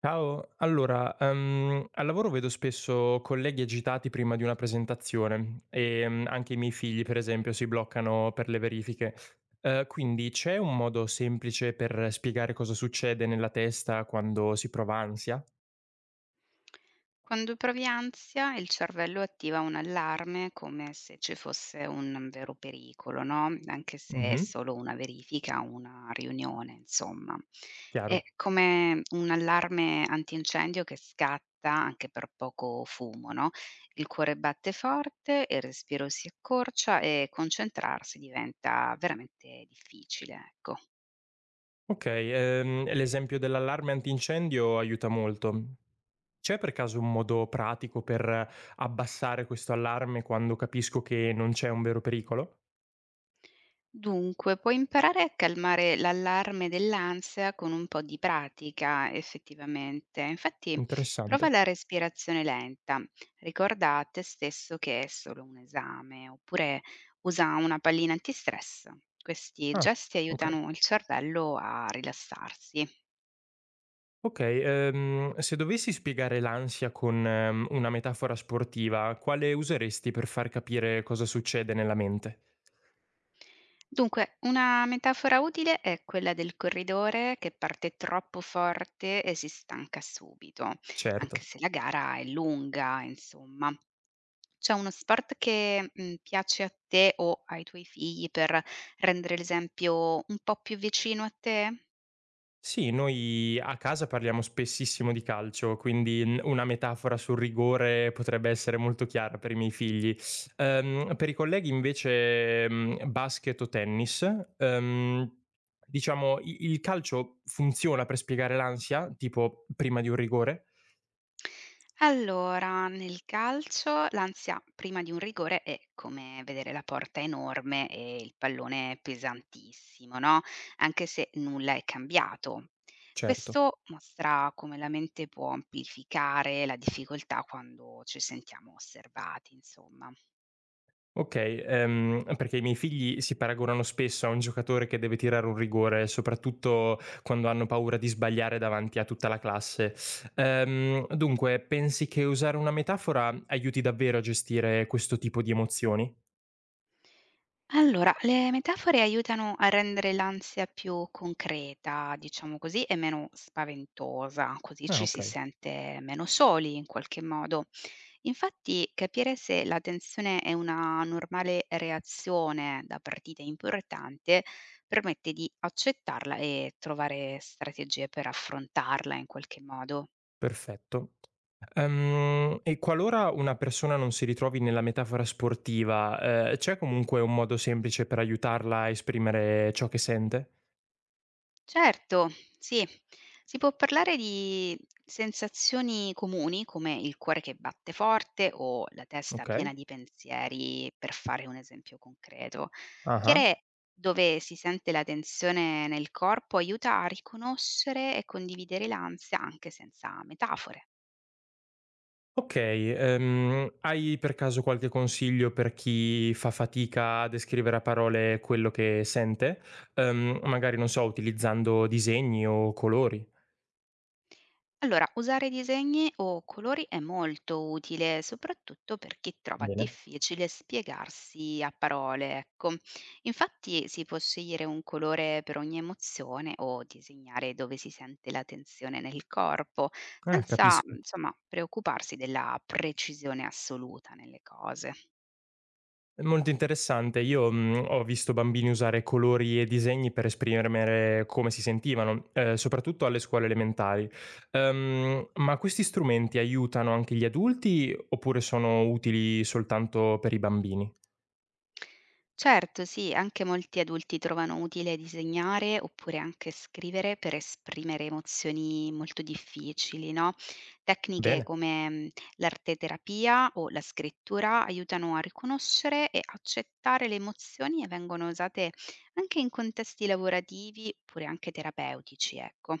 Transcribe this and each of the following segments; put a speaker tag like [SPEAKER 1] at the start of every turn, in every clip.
[SPEAKER 1] Ciao, allora, al lavoro vedo spesso colleghi agitati prima di una presentazione e anche i miei figli, per esempio, si bloccano per le verifiche. Quindi c'è un modo semplice per spiegare cosa succede nella testa quando si prova ansia?
[SPEAKER 2] Quando provi ansia, il cervello attiva un allarme come se ci fosse un vero pericolo, no? Anche se è
[SPEAKER 1] Mhm,
[SPEAKER 2] solo una verifica, una riunione, insomma. È
[SPEAKER 1] chiaro.
[SPEAKER 2] come un allarme antincendio che scatta anche per poco fumo, no? Il cuore batte forte, il respiro si accorcia e concentrarsi diventa veramente difficile, ecco.
[SPEAKER 1] Ok, e l'esempio dell'allarme antincendio aiuta molto. C'è per caso un modo pratico per abbassare questo allarme quando capisco che non c'è un vero pericolo?
[SPEAKER 2] Dunque, puoi imparare a calmare l'allarme dell'ansia con un po' di pratica, effettivamente. Infatti,
[SPEAKER 1] Interessante.
[SPEAKER 2] prova la respirazione lenta, ricorda a te stesso che è solo un esame, oppure usa una pallina antistress. Questi
[SPEAKER 1] Ah,
[SPEAKER 2] gesti
[SPEAKER 1] ok.
[SPEAKER 2] aiutano il cervello a rilassarsi.
[SPEAKER 1] Okay, se dovessi spiegare l'ansia con una metafora sportiva, quale useresti per far capire cosa succede nella mente?
[SPEAKER 2] Dunque, una metafora utile è quella del corridore che parte troppo forte e si stanca subito, anche
[SPEAKER 1] Certo.
[SPEAKER 2] se la gara è lunga, insomma. C'è uno sport che, piace a te o ai tuoi figli per rendere l'esempio un po' più vicino a te?
[SPEAKER 1] Sì, noi a casa parliamo spessissimo di calcio, quindi, una metafora sul rigore potrebbe essere molto chiara per i miei figli. Per i colleghi invece, basket o tennis, ehm, diciamo i il calcio funziona per spiegare l'ansia, tipo prima di un rigore?
[SPEAKER 2] Allora, nel calcio l'ansia prima di un rigore è come vedere la porta enorme e il pallone pesantissimo, no, anche se nulla è cambiato.
[SPEAKER 1] Certo.
[SPEAKER 2] Questo mostra come la mente può amplificare la difficoltà quando ci sentiamo osservati, insomma.
[SPEAKER 1] Okay, perché i miei figli si paragonano spesso a un giocatore che deve tirare un rigore, soprattutto quando hanno paura di sbagliare davanti a tutta la classe. Dunque, pensi che usare una metafora aiuti davvero a gestire questo tipo di emozioni?
[SPEAKER 2] Allora, le metafore aiutano a rendere l'ansia più concreta, diciamo così, e meno spaventosa, così
[SPEAKER 1] Ah,
[SPEAKER 2] ci si
[SPEAKER 1] okay,
[SPEAKER 2] sente meno soli in qualche modo. Infatti, capire se la tensione è una normale reazione da partita importante permette di accettarla e trovare strategie per affrontarla in qualche modo.
[SPEAKER 1] perfetto. E qualora una persona non si ritrovi nella metafora sportiva, c'è comunque un modo semplice per aiutarla a esprimere ciò che sente?
[SPEAKER 2] Certo, sì. Si può parlare di sensazioni comuni, come il cuore che batte forte o la testa piena
[SPEAKER 1] Okay.
[SPEAKER 2] di pensieri, per fare un esempio concreto.
[SPEAKER 1] Ah-ah.
[SPEAKER 2] Chiarire dove si sente la tensione nel corpo aiuta a riconoscere e condividere l'ansia anche senza metafore.
[SPEAKER 1] Okay, hai per caso qualche consiglio per chi fa fatica a descrivere a parole quello che sente? Magari, non so, utilizzando disegni o colori?
[SPEAKER 2] Allora, usare disegni o colori è molto utile, soprattutto per chi trova
[SPEAKER 1] Bene.
[SPEAKER 2] difficile spiegarsi a parole, ecco. Infatti si può scegliere un colore per ogni emozione o disegnare dove si sente la tensione nel corpo,
[SPEAKER 1] Ah,
[SPEAKER 2] senza,
[SPEAKER 1] capisco.
[SPEAKER 2] insomma, preoccuparsi della precisione assoluta nelle cose.
[SPEAKER 1] È molto interessante. Io, ho visto bambini usare colori e disegni per esprimere come si sentivano, soprattutto alle scuole elementari. Ma questi strumenti aiutano anche gli adulti oppure sono utili soltanto per i bambini?
[SPEAKER 2] Certo, sì, anche molti adulti trovano utile disegnare oppure anche scrivere per esprimere emozioni molto difficili, no? Tecniche
[SPEAKER 1] Bene.
[SPEAKER 2] come l'arteterapia o la scrittura aiutano a riconoscere e accettare le emozioni e vengono usate anche in contesti lavorativi oppure anche terapeutici, ecco.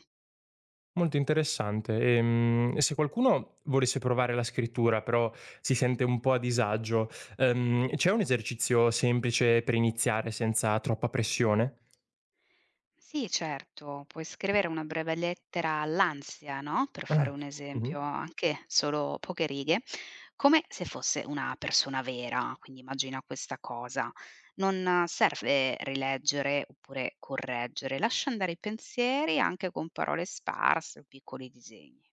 [SPEAKER 1] Molto interessante. E, se qualcuno volesse provare la scrittura, però si sente un po' a disagio, c'è un esercizio semplice per iniziare senza troppa pressione?
[SPEAKER 2] Sì, certo, puoi scrivere una breve lettera all'ansia, no? Per fare
[SPEAKER 1] Ah,
[SPEAKER 2] un
[SPEAKER 1] mh-mh,
[SPEAKER 2] esempio, anche solo poche righe, come se fosse una persona vera, quindi immagina questa cosa. Non serve rileggere oppure correggere, lascia andare i pensieri anche con parole sparse o piccoli disegni.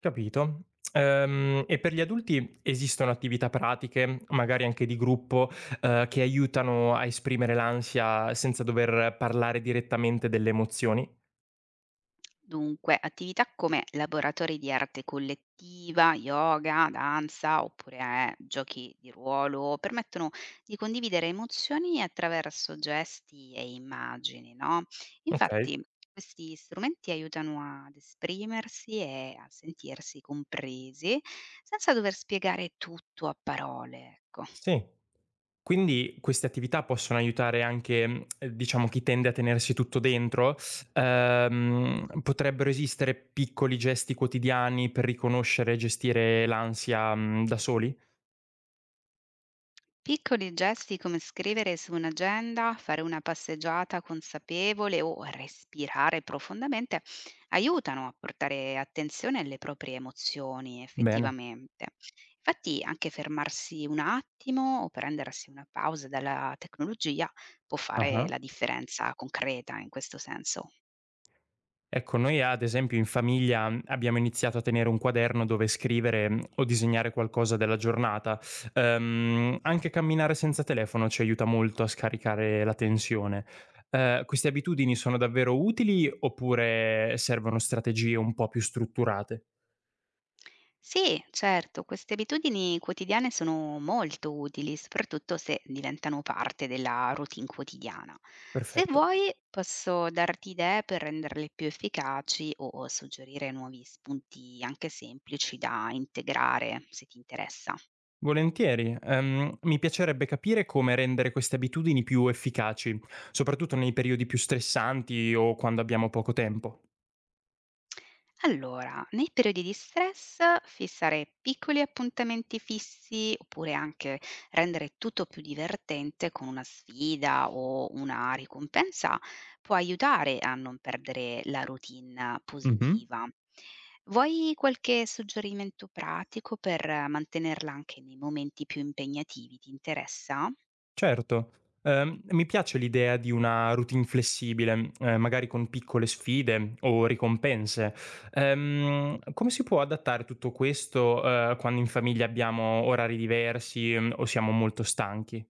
[SPEAKER 1] capito. E per gli adulti esistono attività pratiche, magari anche di gruppo, che aiutano a esprimere l'ansia senza dover parlare direttamente delle emozioni?
[SPEAKER 2] Dunque, attività come laboratori di arte collettiva, yoga, danza oppure giochi di ruolo permettono di condividere emozioni attraverso gesti e immagini, no? Infatti,
[SPEAKER 1] Okay,
[SPEAKER 2] questi strumenti aiutano ad esprimersi e a sentirsi compresi senza dover spiegare tutto a parole, ecco.
[SPEAKER 1] sì. Quindi queste attività possono aiutare anche, diciamo chi tende a tenersi tutto dentro? Potrebbero esistere piccoli gesti quotidiani per riconoscere e gestire l'ansia, da soli?
[SPEAKER 2] Piccoli gesti come scrivere su un'agenda, fare una passeggiata consapevole o respirare profondamente aiutano a portare attenzione alle proprie emozioni
[SPEAKER 1] Bene.
[SPEAKER 2] effettivamente. Infatti anche fermarsi un attimo o prendersi una pausa dalla tecnologia può fare
[SPEAKER 1] Ah-ah.
[SPEAKER 2] la differenza concreta in questo senso.
[SPEAKER 1] Ecco, noi ad esempio in famiglia abbiamo iniziato a tenere un quaderno dove scrivere o disegnare qualcosa della giornata. Anche camminare senza telefono ci aiuta molto a scaricare la tensione. Queste abitudini sono davvero utili oppure servono strategie un po' più strutturate?
[SPEAKER 2] Sì, certo, queste abitudini quotidiane sono molto utili, soprattutto se diventano parte della routine quotidiana. Se
[SPEAKER 1] Perfetto.
[SPEAKER 2] vuoi, posso darti idee per renderle più efficaci o suggerire nuovi spunti anche semplici da integrare, se ti interessa.
[SPEAKER 1] Volentieri. Mi piacerebbe capire come rendere queste abitudini più efficaci, soprattutto nei periodi più stressanti o quando abbiamo poco tempo.
[SPEAKER 2] Allora, nei periodi di stress fissare piccoli appuntamenti fissi oppure anche rendere tutto più divertente con una sfida o una ricompensa può aiutare a non perdere la routine
[SPEAKER 1] Mhm.
[SPEAKER 2] positiva. Vuoi qualche suggerimento pratico per mantenerla anche nei momenti più impegnativi? Ti interessa?
[SPEAKER 1] Certo. Mi piace l'idea di una routine flessibile, magari con piccole sfide o ricompense. Come si può adattare tutto questo, quando in famiglia abbiamo orari diversi, o siamo molto stanchi?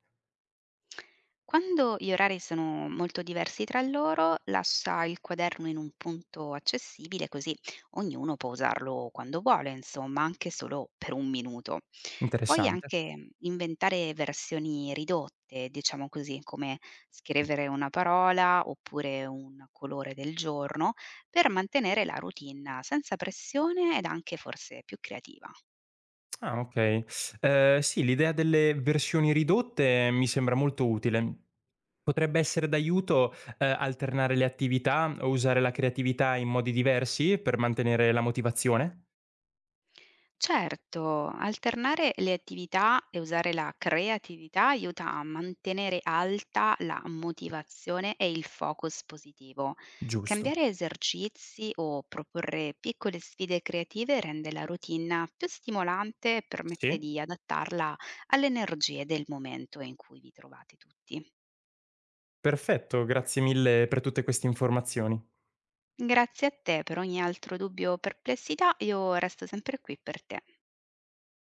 [SPEAKER 2] Quando gli orari sono molto diversi tra loro, lascia il quaderno in un punto accessibile, così ognuno può usarlo quando vuole, insomma, anche solo per un minuto. Puoi
[SPEAKER 1] Interessante.
[SPEAKER 2] anche inventare versioni ridotte, diciamo così, come scrivere una parola oppure un colore del giorno, per mantenere la routine senza pressione ed anche forse più creativa.
[SPEAKER 1] Ah, okay. Sì, l'idea delle versioni ridotte mi sembra molto utile. Potrebbe essere d'aiuto, alternare le attività o usare la creatività in modi diversi per mantenere la motivazione?
[SPEAKER 2] Certo, alternare le attività e usare la creatività aiuta a mantenere alta la motivazione e il focus positivo.
[SPEAKER 1] Giusto.
[SPEAKER 2] Cambiare esercizi o proporre piccole sfide creative rende la routine più stimolante e permette
[SPEAKER 1] Sì.
[SPEAKER 2] di adattarla alle energie del momento in cui vi trovate tutti.
[SPEAKER 1] Perfetto, grazie mille per tutte queste informazioni.
[SPEAKER 2] Grazie a te per ogni altro dubbio o perplessità, io resto sempre qui per te.